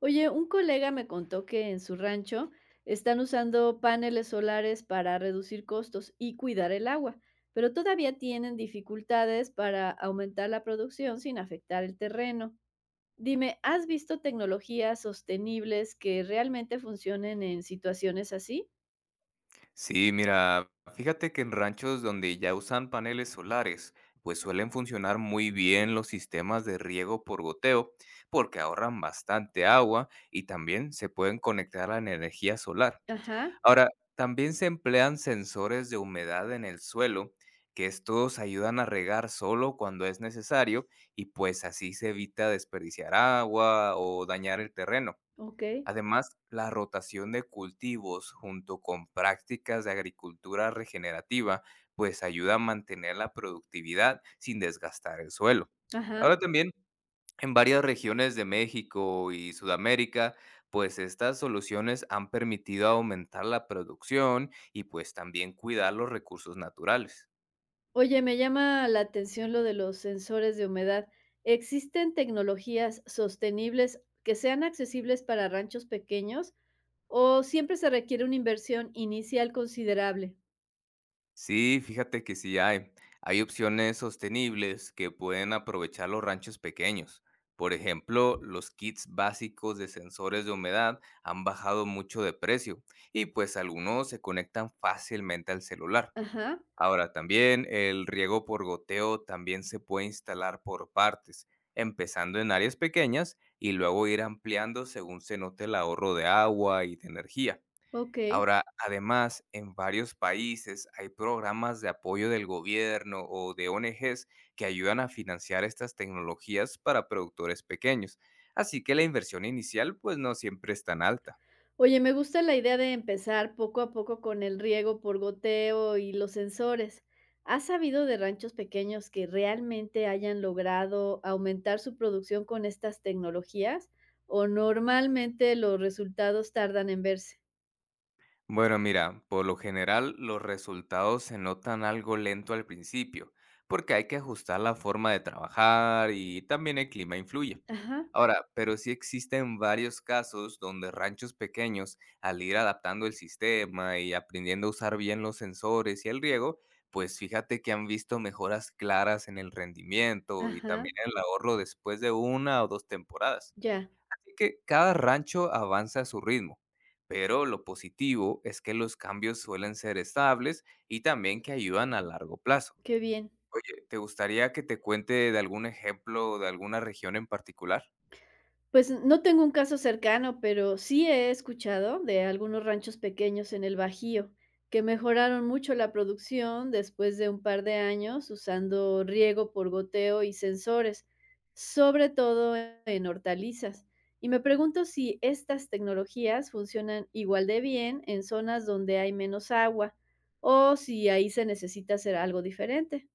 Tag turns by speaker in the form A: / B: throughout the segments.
A: Oye, un colega me contó que en su rancho están usando paneles solares para reducir costos y cuidar el agua, pero todavía tienen dificultades para aumentar la producción sin afectar el terreno. Dime, ¿has visto tecnologías sostenibles que realmente funcionen en situaciones así?
B: Sí, mira, fíjate que en ranchos donde ya usan paneles solares, pues suelen funcionar muy bien los sistemas de riego por goteo, porque ahorran bastante agua y también se pueden conectar a la energía solar.
A: Ajá,
B: Ahora, también se emplean sensores de humedad en el suelo, que estos ayudan a regar solo cuando es necesario y pues así se evita desperdiciar agua o dañar el terreno.
A: ok,
B: Además, la rotación de cultivos junto con prácticas de agricultura regenerativa, pues ayuda a mantener la productividad sin desgastar el suelo.
A: ajá.
B: Ahora también, en varias regiones de México y Sudamérica, pues estas soluciones han permitido aumentar la producción y pues también cuidar los recursos naturales.
A: Oye, me llama la atención lo de los sensores de humedad. ¿Existen tecnologías sostenibles que sean accesibles para ranchos pequeños? O siempre se requiere una inversión inicial considerable.
B: Sí, fíjate que sí hay. Hay opciones sostenibles que pueden aprovechar los ranchos pequeños. Por ejemplo, los kits básicos de sensores de humedad han bajado mucho de precio y pues algunos se conectan fácilmente al celular.
A: Ajá,
B: Ahora también el riego por goteo también se puede instalar por partes, empezando en áreas pequeñas y luego ir ampliando según se note el ahorro de agua y de energía.
A: okey.
B: Ahora, además, en varios países hay programas de apoyo del gobierno o de ONGs que ayudan a financiar estas tecnologías para productores pequeños, así que la inversión inicial pues no siempre es tan alta.
A: Oye, me gusta la idea de empezar poco a poco con el riego por goteo y los sensores. ¿Has sabido de ranchos pequeños que realmente hayan logrado aumentar su producción con estas tecnologías? ¿O normalmente los resultados tardan en verse?
B: Bueno, mira, por lo general los resultados se notan algo lento al principio, porque hay que ajustar la forma de trabajar y también el clima influye.
A: Ajá,
B: Ahora, pero sí existen varios casos donde ranchos pequeños, al ir adaptando el sistema y aprendiendo a usar bien los sensores y el riego, pues fíjate que han visto mejoras claras en el rendimiento y
A: ajá,
B: también el ahorro después de una o dos temporadas.
A: ya,
B: Así que cada rancho avanza a su ritmo, pero lo positivo es que los cambios suelen ser estables y también que ayudan a largo plazo.
A: qué bien.
B: Oye, ¿te gustaría que te cuente de algún ejemplo de alguna región en particular?
A: Pues no tengo un caso cercano, pero sí he escuchado de algunos ranchos pequeños en el Bajío que mejoraron mucho la producción después de un par de años usando riego por goteo y sensores, sobre todo en hortalizas. Y me pregunto si estas tecnologías funcionan igual de bien en zonas donde hay menos agua o si ahí se necesita hacer algo diferente.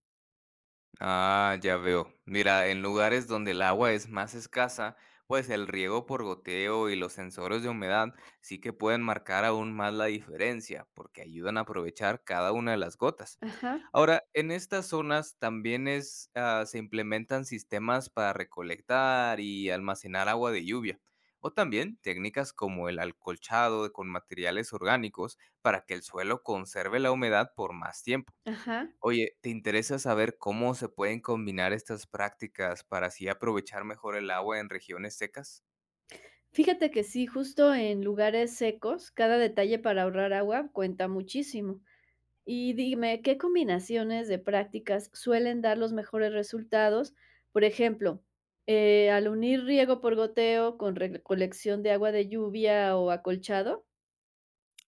B: Ah, ya veo. Mira, en lugares donde el agua es más escasa, pues el riego por goteo y los sensores de humedad sí que pueden marcar aún más la diferencia, porque ayudan a aprovechar cada una de las gotas.
A: Ajá,
B: Ahora, en estas zonas también es, se implementan sistemas para recolectar y almacenar agua de lluvia, o también técnicas como el alcolchado con materiales orgánicos para que el suelo conserve la humedad por más tiempo.
A: ajá.
B: Oye, ¿te interesa saber cómo se pueden combinar estas prácticas para así aprovechar mejor el agua en regiones secas?
A: Fíjate que sí, justo en lugares secos, cada detalle para ahorrar agua cuenta muchísimo. Y dime, ¿qué combinaciones de prácticas suelen dar los mejores resultados? Por ejemplo, al unir riego por goteo con recolección de agua de lluvia o acolchado.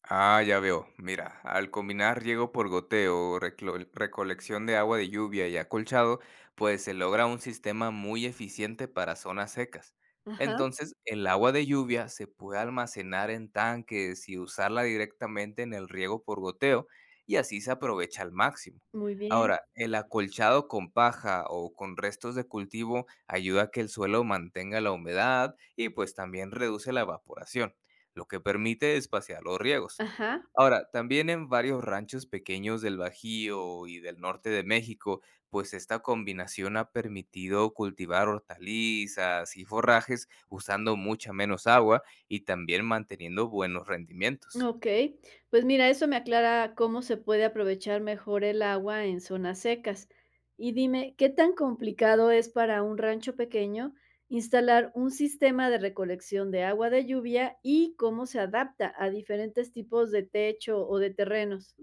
B: Ah, ya veo. Mira, al combinar riego por goteo, recolección de agua de lluvia y acolchado, pues se logra un sistema muy eficiente para zonas secas.
A: Ajá,
B: Entonces, el agua de lluvia se puede almacenar en tanques y usarla directamente en el riego por goteo y así se aprovecha al máximo.
A: muy bien.
B: Ahora, el acolchado con paja o con restos de cultivo ayuda a que el suelo mantenga la humedad y pues también reduce la evaporación lo que permite espaciar los riegos.
A: Ajá.
B: Ahora, también en varios ranchos pequeños del Bajío y del norte de México, pues esta combinación ha permitido cultivar hortalizas y forrajes usando mucha menos agua y también manteniendo buenos rendimientos.
A: Okey, pues mira, eso me aclara cómo se puede aprovechar mejor el agua en zonas secas. Y dime, ¿qué tan complicado es para un rancho pequeño instalar un sistema de recolección de agua de lluvia y cómo se adapta a diferentes tipos de techo o de terrenos?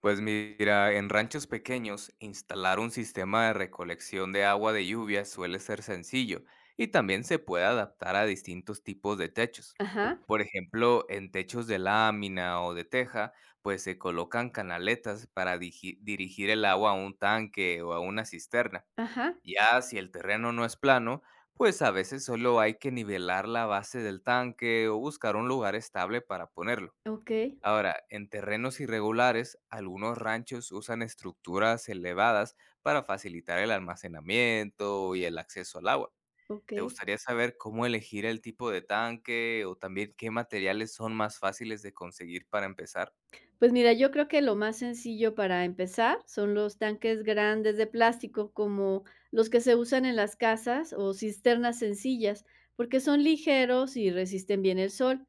B: Pues mira, en ranchos pequeños, instalar un sistema de recolección de agua de lluvia suele ser sencillo y también se puede adaptar a distintos tipos de techos.
A: Ajá,
B: Por ejemplo, en techos de lámina o de teja, pues se colocan canaletas para dirigir el agua a un tanque o a una cisterna.
A: ajá,
B: Ya si el terreno no es plano, pues a veces solo hay que nivelar la base del tanque o buscar un lugar estable para ponerlo.
A: okey,
B: Ahora, en terrenos irregulares, algunos ranchos usan estructuras elevadas para facilitar el almacenamiento y el acceso al agua. ¿Te
A: okey.
B: gustaría saber cómo elegir el tipo de tanque o también qué materiales son más fáciles de conseguir para empezar?
A: Pues mira, yo creo que lo más sencillo para empezar son los tanques grandes de plástico, como los que se usan en las casas o cisternas sencillas, porque son ligeros y resisten bien el sol.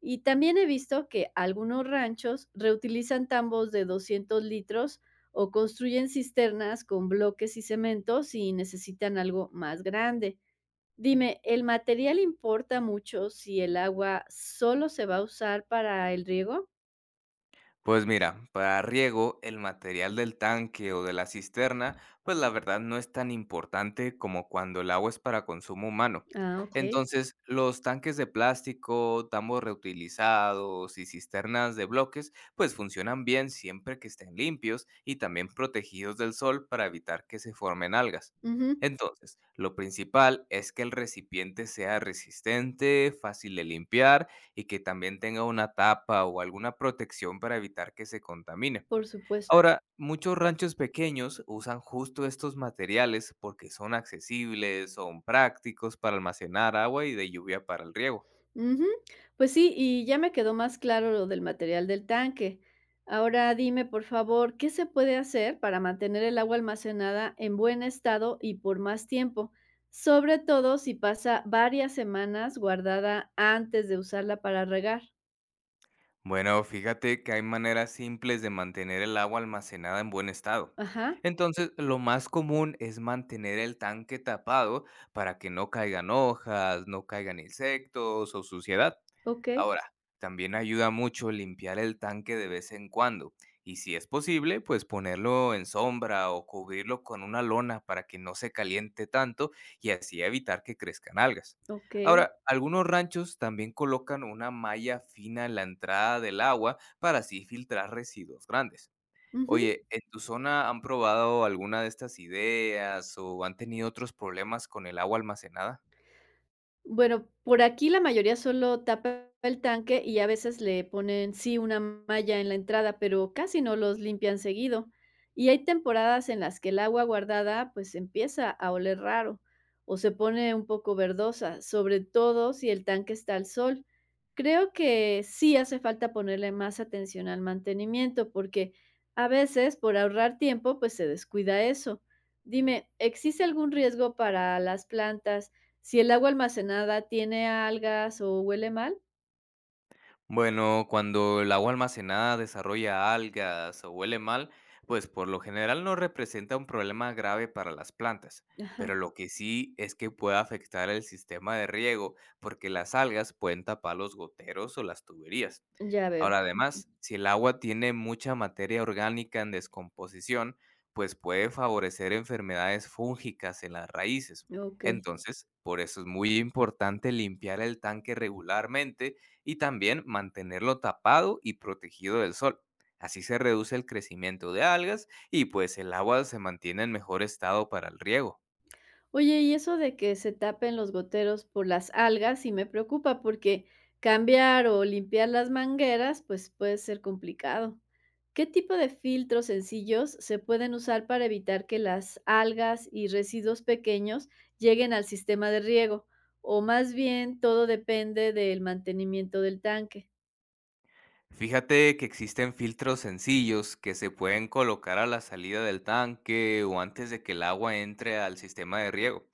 A: Y también he visto que algunos ranchos reutilizan tambos de 200 litros o construyen cisternas con bloques y cemento si necesitan algo más grande. Dime, ¿el material importa mucho si el agua solo se va a usar para el riego?
B: Pues mira, para riego el material del tanque o de la cisterna, pues la verdad no es tan importante como cuando el agua es para consumo humano.
A: Ah, ok.
B: Entonces, los tanques de plástico, tambos reutilizados y cisternas de bloques, pues funcionan bien siempre que estén limpios y también protegidos del sol para evitar que se formen algas.
A: Ujú,
B: Entonces, lo principal es que el recipiente sea resistente, fácil de limpiar y que también tenga una tapa o alguna protección para evitar que se contamine.
A: por supuesto.
B: Ahora, muchos ranchos pequeños usan justo estos materiales porque son accesibles, son prácticos para almacenar agua y de lluvia para el riego.
A: Ujú. Pues sí, y ya me quedó más claro lo del material del tanque. Ahora dime, por favor, ¿qué se puede hacer para mantener el agua almacenada en buen estado y por más tiempo? Sobre todo si pasa varias semanas guardada antes de usarla para regar.
B: Bueno, fíjate que hay maneras simples de mantener el agua almacenada en buen estado.
A: Ajá,
B: Entonces, lo más común es mantener el tanque tapado para que no caigan hojas, no caigan insectos o suciedad.
A: ok,
B: Ahora, también ayuda mucho limpiar el tanque de vez en cuando y si es posible, pues ponerlo en sombra o cubrirlo con una lona para que no se caliente tanto y así evitar que crezcan algas.
A: ok.
B: Ahora, algunos ranchos también colocan una malla fina en la entrada del agua para así filtrar residuos grandes.
A: Ujú.
B: Oye, ¿en tu zona han probado alguna de estas ideas o han tenido otros problemas con el agua almacenada?
A: Bueno, por aquí la mayoría solo tapa el tanque y a veces le ponen, sí, una malla en la entrada, pero casi no los limpian seguido. Y hay temporadas en las que el agua guardada pues empieza a oler raro o se pone un poco verdosa, sobre todo si el tanque está al sol. Creo que sí hace falta ponerle más atención al mantenimiento porque a veces por ahorrar tiempo pues se descuida eso. Dime, ¿existe algún riesgo para las plantas si el agua almacenada tiene algas o huele mal?
B: Bueno, cuando el agua almacenada desarrolla algas o huele mal, pues por lo general no representa un problema grave para las plantas, pero
A: Ajá,
B: lo que sí es que puede afectar el sistema de riego, porque las algas pueden tapar los goteros o las tuberías.
A: ya veo.
B: Ahora,
A: Ujú,
B: además, si el agua tiene mucha materia orgánica en descomposición, pues puede favorecer enfermedades fúngicas en las raíces.
A: okey.
B: Entonces, por eso es muy importante limpiar el tanque regularmente y también mantenerlo tapado y protegido del sol. Así se reduce el crecimiento de algas y pues el agua se mantiene en mejor estado para el riego.
A: Oye, y eso de que se tapen los goteros por las algas sí me preocupa, porque cambiar o limpiar las mangueras, pues, puede ser complicado. ¿Qué tipo de filtros sencillos se pueden usar para evitar que las algas y residuos pequeños lleguen al sistema de riego? O más bien, todo depende del mantenimiento del tanque.
B: Fíjate que existen filtros sencillos que se pueden colocar a la salida del tanque o antes de que el agua entre al sistema de riego,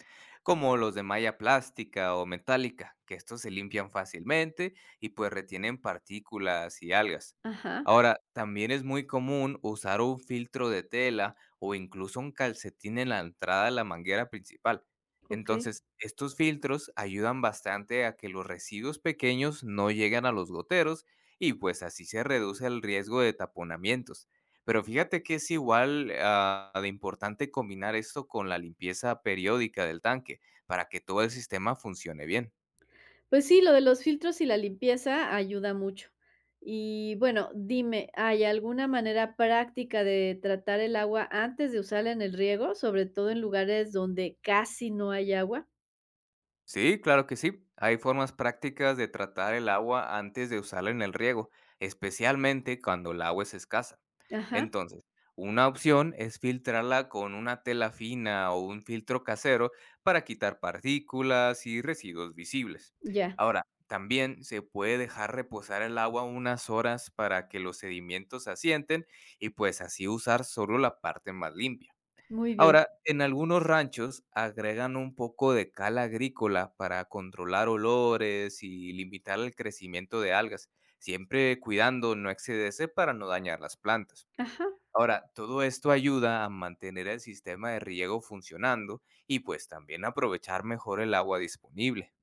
B: como los de malla plástica o metálica, que estos se limpian fácilmente y pues retienen partículas y algas.
A: Ajá,
B: Ahora, también es muy común usar un filtro de tela o incluso un calcetín en la entrada de la manguera principal.
A: okey.
B: Entonces, estos filtros ayudan bastante a que los residuos pequeños no lleguen a los goteros y pues así se reduce el riesgo de taponamientos. Pero fíjate que es igual de importante combinar esto con la limpieza periódica del tanque para que todo el sistema funcione bien.
A: Pues sí, lo de los filtros y la limpieza ayuda mucho. Y bueno, dime, ¿hay alguna manera práctica de tratar el agua antes de usarla en el riego, sobre todo en lugares donde casi no hay agua?
B: Sí, claro que sí. Hay formas prácticas de tratar el agua antes de usarla en el riego, especialmente cuando el agua es escasa.
A: Ajá,
B: Entonces, una opción es filtrarla con una tela fina o un filtro casero para quitar partículas y residuos visibles.
A: ya,
B: Ahora, también se puede dejar reposar el agua unas horas para que los sedimentos se asienten y pues así usar solo la parte más limpia.
A: muy bien.
B: Ahora, en algunos ranchos agregan un poco de cal agrícola para controlar olores y limitar el crecimiento de algas, siempre cuidando no excederse para no dañar las plantas.
A: Ajá.
B: Ahora, todo esto ayuda a mantener el sistema de riego funcionando y pues también aprovechar mejor el agua disponible.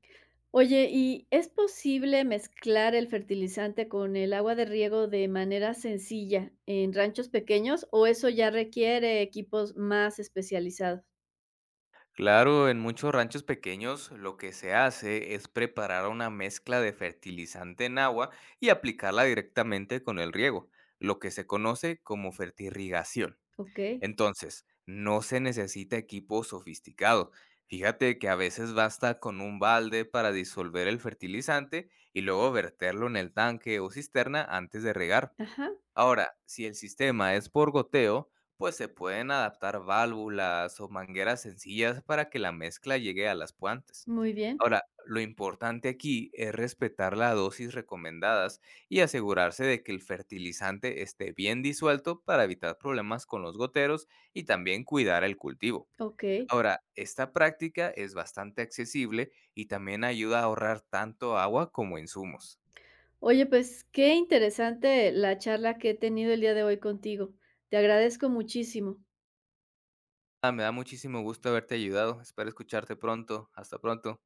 A: Oye, ¿y es posible mezclar el fertilizante con el agua de riego de manera sencilla en ranchos pequeños o eso ya requiere equipos más especializados?
B: Claro, en muchos ranchos pequeños lo que se hace es preparar una mezcla de fertilizante en agua y aplicarla directamente con el riego, lo que se conoce como fertirrigación.
A: Ok,
B: Entonces, no se necesita equipo sofisticado. Fíjate que a veces basta con un balde para disolver el fertilizante y luego verterlo en el tanque o cisterna antes de regar.
A: ajá,
B: Ahora, si el sistema es por goteo, pues se pueden adaptar válvulas o mangueras sencillas para que la mezcla llegue a las plantas.
A: muy bien,
B: Ahora, lo importante aquí es respetar la dosis recomendadas y asegurarse de que el fertilizante esté bien disuelto para evitar problemas con los goteros y también cuidar el cultivo.
A: ok.
B: Ahora, esta práctica es bastante accesible y también ayuda a ahorrar tanto agua como insumos.
A: Oye, pues qué interesante la charla que he tenido el día de hoy contigo. Te agradezco muchísimo.
B: Ah, me da muchísimo gusto haberte ayudado. Espero escucharte pronto. Hasta pronto.